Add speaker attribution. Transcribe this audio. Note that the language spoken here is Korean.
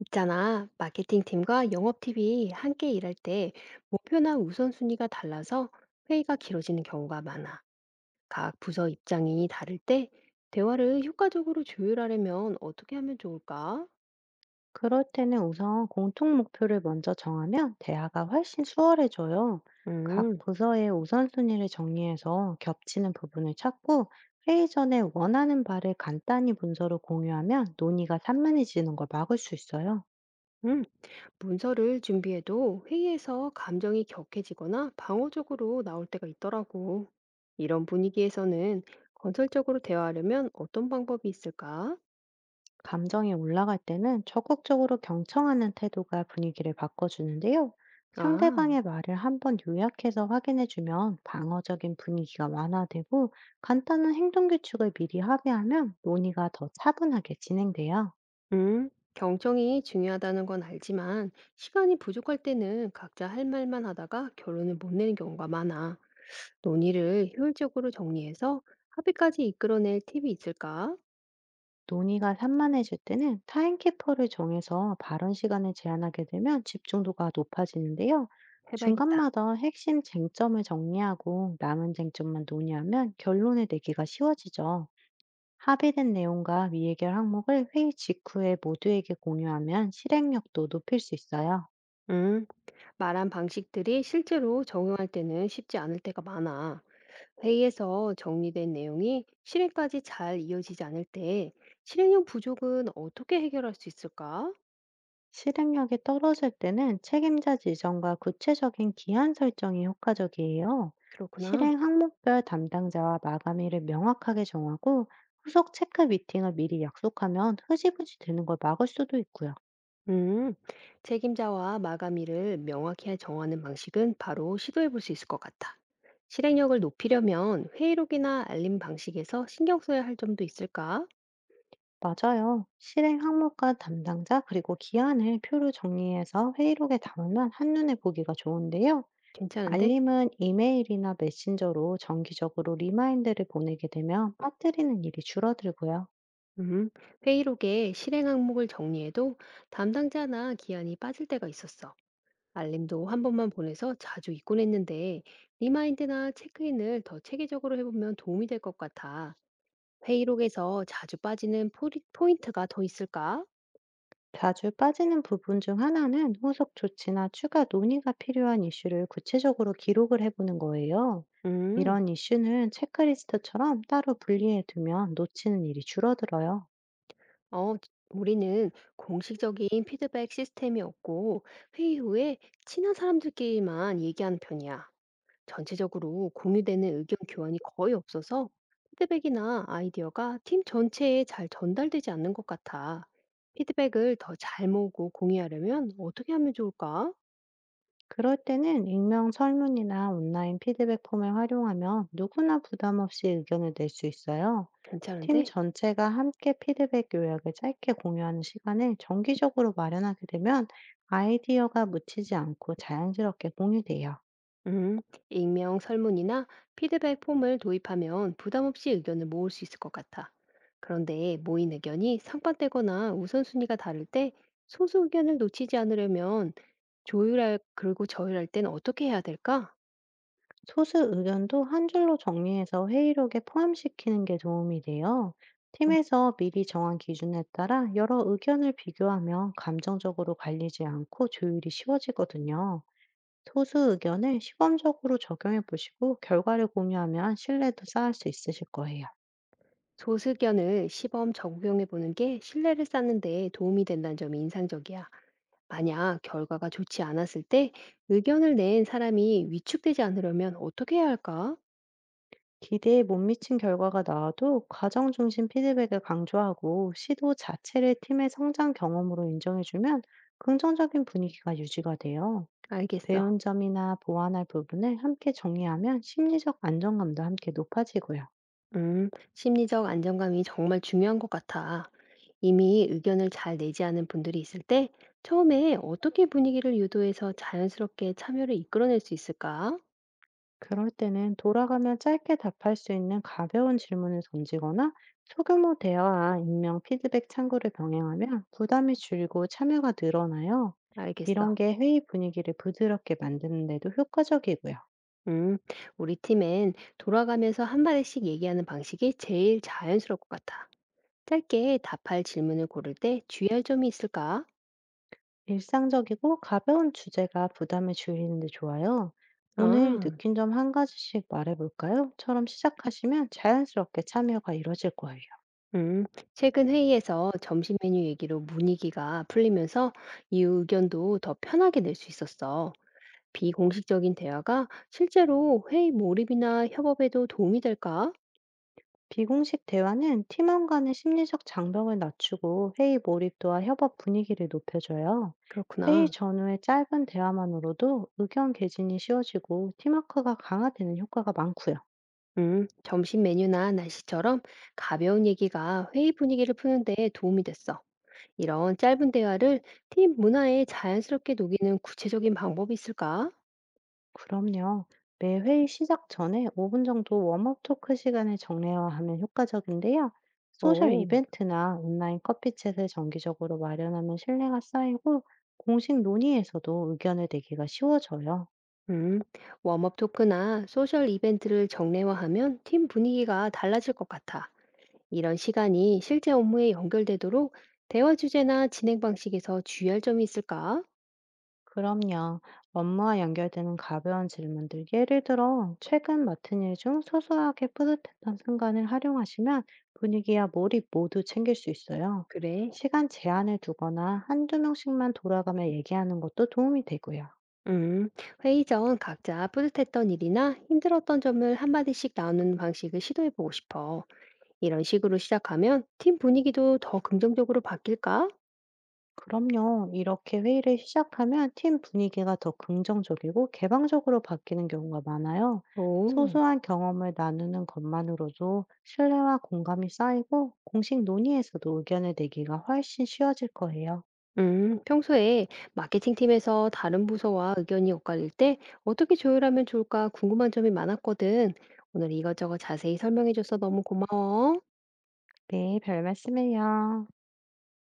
Speaker 1: 있잖아, 마케팅 팀과 영업팀이 함께 일할 때 목표나 우선순위가 달라서 회의가 길어지는 경우가 많아. 각 부서 입장이 다를 때 대화를 효과적으로 조율하려면 어떻게 하면 좋을까?
Speaker 2: 그럴 때는 우선 공통 목표를 먼저 정하면 대화가 훨씬 수월해져요. 각
Speaker 1: 음.
Speaker 2: 부서의 우선순위를 정리해서 겹치는 부분을 찾고, 회의 전에 원하는 바를 간단히 문서로 공유하면 논의가 산만해지는 걸 막을 수 있어요.
Speaker 1: 음. 문서를 준비해도 회의에서 감정이 격해지거나 방어적으로 나올 때가 있더라고. 이런 분위기에서는 건설적으로 대화하려면 어떤 방법이 있을까?
Speaker 2: 감정이 올라갈 때는 적극적으로 경청하는 태도가 분위기를 바꿔주는데요.
Speaker 1: 아.
Speaker 2: 상대방의 말을 한번 요약해서 확인해주면 방어적인 분위기가 완화되고, 간단한 행동 규칙을 미리 합의하면 논의가 더 차분하게 진행돼요.
Speaker 1: 경청이 중요하다는 건 알지만 시간이 부족할 때는 각자 할 말만 하다가 결론을 못 내는 경우가 많아. 논의를 효율적으로 정리해서 합의까지 이끌어낼 팁이 있을까?
Speaker 2: 논의가 산만해질 때는 타임키퍼를 정해서 발언 시간을 제한하게 되면 집중도가 높아지는데요.
Speaker 1: 해봐야겠다.
Speaker 2: 중간마다 핵심 쟁점을 정리하고 남은 쟁점만 논의하면 결론을 내기가 쉬워지죠. 합의된 내용과 미해결 항목을 회의 직후에 모두에게 공유하면 실행력도 높일 수 있어요.
Speaker 1: 음, 말한 방식들이 실제로 적용할 때는 쉽지 않을 때가 많아. 회의에서 정리된 내용이 실행까지 잘 이어지지 않을 때 실행력 부족은 어떻게 해결할 수 있을까?
Speaker 2: 실행력이 떨어질 때는 책임자 지정과 구체적인 기한 설정이 효과적이에요.
Speaker 1: 그렇구나.
Speaker 2: 실행 항목별 담당자와 마감일을 명확하게 정하고, 후속 체크 미팅을 미리 약속하면 흐지부지 되는 걸 막을 수도 있고요.
Speaker 1: 음, 책임자와 마감일을 명확히 정하는 방식은 바로 시도해 볼 수 있을 것 같아. 실행력을 높이려면 회의록이나 알림 방식에서 신경 써야 할 점도 있을까?
Speaker 2: 맞아요. 실행 항목과 담당자 그리고 기한을 표로 정리해서 회의록에 담으면 한눈에 보기가 좋은데요.
Speaker 1: 괜찮은데?
Speaker 2: 알림은 이메일이나 메신저로 정기적으로 리마인드를 보내게 되면 빠뜨리는 일이 줄어들고요.
Speaker 1: 음, 회의록에 실행 항목을 정리해도 담당자나 기한이 빠질 때가 있었어. 알림도 한 번만 보내서 자주 잊곤 했는데 리마인드나 체크인을 더 체계적으로 해보면 도움이 될 것 같아. 회의록에서 자주 빠지는 포인트가 더 있을까?
Speaker 2: 자주 빠지는 부분 중 하나는 후속 조치나 추가 논의가 필요한 이슈를 구체적으로 기록을 해보는 거예요.
Speaker 1: 음.
Speaker 2: 이런 이슈는 체크리스트처럼 따로 분리해 두면 놓치는 일이 줄어들어요.
Speaker 1: 어, 우리는 공식적인 피드백 시스템이 없고 회의 후에 친한 사람들끼리만 얘기하는 편이야. 전체적으로 공유되는 의견 교환이 거의 없어서 피드백이나 아이디어가 팀 전체에 잘 전달되지 않는 것 같아. 피드백을 더 잘 모으고 공유하려면 어떻게 하면 좋을까?
Speaker 2: 그럴 때는 익명 설문이나 온라인 피드백 폼을 활용하면 누구나 부담 없이 의견을 낼 수 있어요. 팀
Speaker 1: 괜찮은데?
Speaker 2: 전체가 함께 피드백 요약을 짧게 공유하는 시간을 정기적으로 마련하게 되면, 아이디어가 묻히지 않고 자연스럽게 공유돼요.
Speaker 1: 음, 익명 설문이나 피드백 폼을 도입하면 부담 없이 의견을 모을 수 있을 것 같아. 그런데 모인 의견이 상반되거나 우선순위가 다를 때 소수 의견을 놓치지 않으려면 조율할, 그리고 저율할 땐 어떻게 해야 될까?
Speaker 2: 소수 의견도 한 줄로 정리해서 회의록에 포함시키는 게 도움이 돼요. 팀에서 미리 정한 기준에 따라 여러 의견을 비교하며 감정적으로 갈리지 않고 조율이 쉬워지거든요. 소수 의견을 시범적으로 적용해 보시고 결과를 공유하면 신뢰도 쌓을 수 있으실 거예요.
Speaker 1: 소수 의견을 시범 적용해 보는 게 신뢰를 쌓는 데 도움이 된다는 점이 인상적이야. 만약 결과가 좋지 않았을 때 의견을 낸 사람이 위축되지 않으려면 어떻게 해야 할까?
Speaker 2: 기대에 못 미친 결과가 나와도 과정 중심 피드백을 강조하고 시도 자체를 팀의 성장 경험으로 인정해주면, 긍정적인 분위기가 유지가 돼요.
Speaker 1: 알겠어.
Speaker 2: 배운 점이나 보완할 부분을 함께 정리하면 심리적 안정감도 함께 높아지고요.
Speaker 1: 심리적 안정감이 정말 중요한 것 같아. 이미 의견을 잘 내지 않은 분들이 있을 때 처음에 어떻게 분위기를 유도해서 자연스럽게 참여를 이끌어낼 수 있을까?
Speaker 2: 그럴 때는 돌아가면 짧게 답할 수 있는 가벼운 질문을 던지거나, 소규모 대화와 익명 피드백 창구를 병행하면 부담이 줄고 참여가 늘어나요.
Speaker 1: 알겠어.
Speaker 2: 이런 게 회의 분위기를 부드럽게 만드는데도 효과적이고요.
Speaker 1: 음, 우리 팀엔 돌아가면서 한 마디씩 얘기하는 방식이 제일 자연스러울 것 같아. 짧게 답할 질문을 고를 때 주의할 점이 있을까?
Speaker 2: 일상적이고 가벼운 주제가 부담을 줄이는 데 좋아요. "오늘
Speaker 1: 아,
Speaker 2: 느낀 점 한 가지씩 말해 볼까요?"처럼 시작하시면 자연스럽게 참여가 이뤄질 거예요.
Speaker 1: 음, 최근 회의에서 점심 메뉴 얘기로 분위기가 풀리면서 이 의견도 더 편하게 낼 수 있었어. 비공식적인 대화가 실제로 회의 몰입이나 협업에도 도움이 될까?
Speaker 2: 비공식 대화는 팀원 간의 심리적 장벽을 낮추고 회의 몰입도와 협업 분위기를 높여줘요. 회의
Speaker 1: 그렇구나.
Speaker 2: 전후의 짧은 대화만으로도 의견 개진이 쉬워지고 팀워크가 강화되는 효과가 많고요.
Speaker 1: 점심 메뉴나 날씨처럼 가벼운 얘기가 회의 분위기를 푸는데 도움이 됐어. 이런 짧은 대화를 팀 문화에 자연스럽게 녹이는 구체적인 방법이 있을까?
Speaker 2: 그럼요. 매 회의 시작 전에 5분 정도 웜업 토크 시간을 정례화하면 효과적인데요. 소셜
Speaker 1: 오,
Speaker 2: 이벤트나 온라인 커피챗을 정기적으로 마련하면 신뢰가 쌓이고, 공식 논의에서도 의견을 내기가 쉬워져요.
Speaker 1: 음, 웜업 토크나 소셜 이벤트를 정례화하면 팀 분위기가 달라질 것 같아. 이런 시간이 실제 업무에 연결되도록 대화 주제나 진행 방식에서 주의할 점이 있을까?
Speaker 2: 그럼요. 업무와 연결되는 가벼운 질문들, 예를 들어, 최근 맡은 일 중 소소하게 뿌듯했던 순간을 활용하시면 분위기와 몰입 모두 챙길 수 있어요.
Speaker 1: 그래.
Speaker 2: 시간 제한을 두거나 한두 명씩만 돌아가며 얘기하는 것도 도움이 되고요.
Speaker 1: 음, 회의 전 각자 뿌듯했던 일이나 힘들었던 점을 한마디씩 나누는 방식을 시도해보고 싶어. 이런 식으로 시작하면 팀 분위기도 더 긍정적으로 바뀔까?
Speaker 2: 그럼요. 이렇게 회의를 시작하면 팀 분위기가 더 긍정적이고 개방적으로 바뀌는 경우가 많아요.
Speaker 1: 오,
Speaker 2: 소소한 경험을 나누는 것만으로도 신뢰와 공감이 쌓이고 공식 논의에서도 의견을 내기가 훨씬 쉬워질 거예요.
Speaker 1: 평소에 마케팅 팀에서 다른 부서와 의견이 엇갈릴 때 어떻게 조율하면 좋을까 궁금한 점이 많았거든. 오늘 이것저것 자세히 설명해줘서 너무 고마워.
Speaker 2: 네, 별 말씀을요.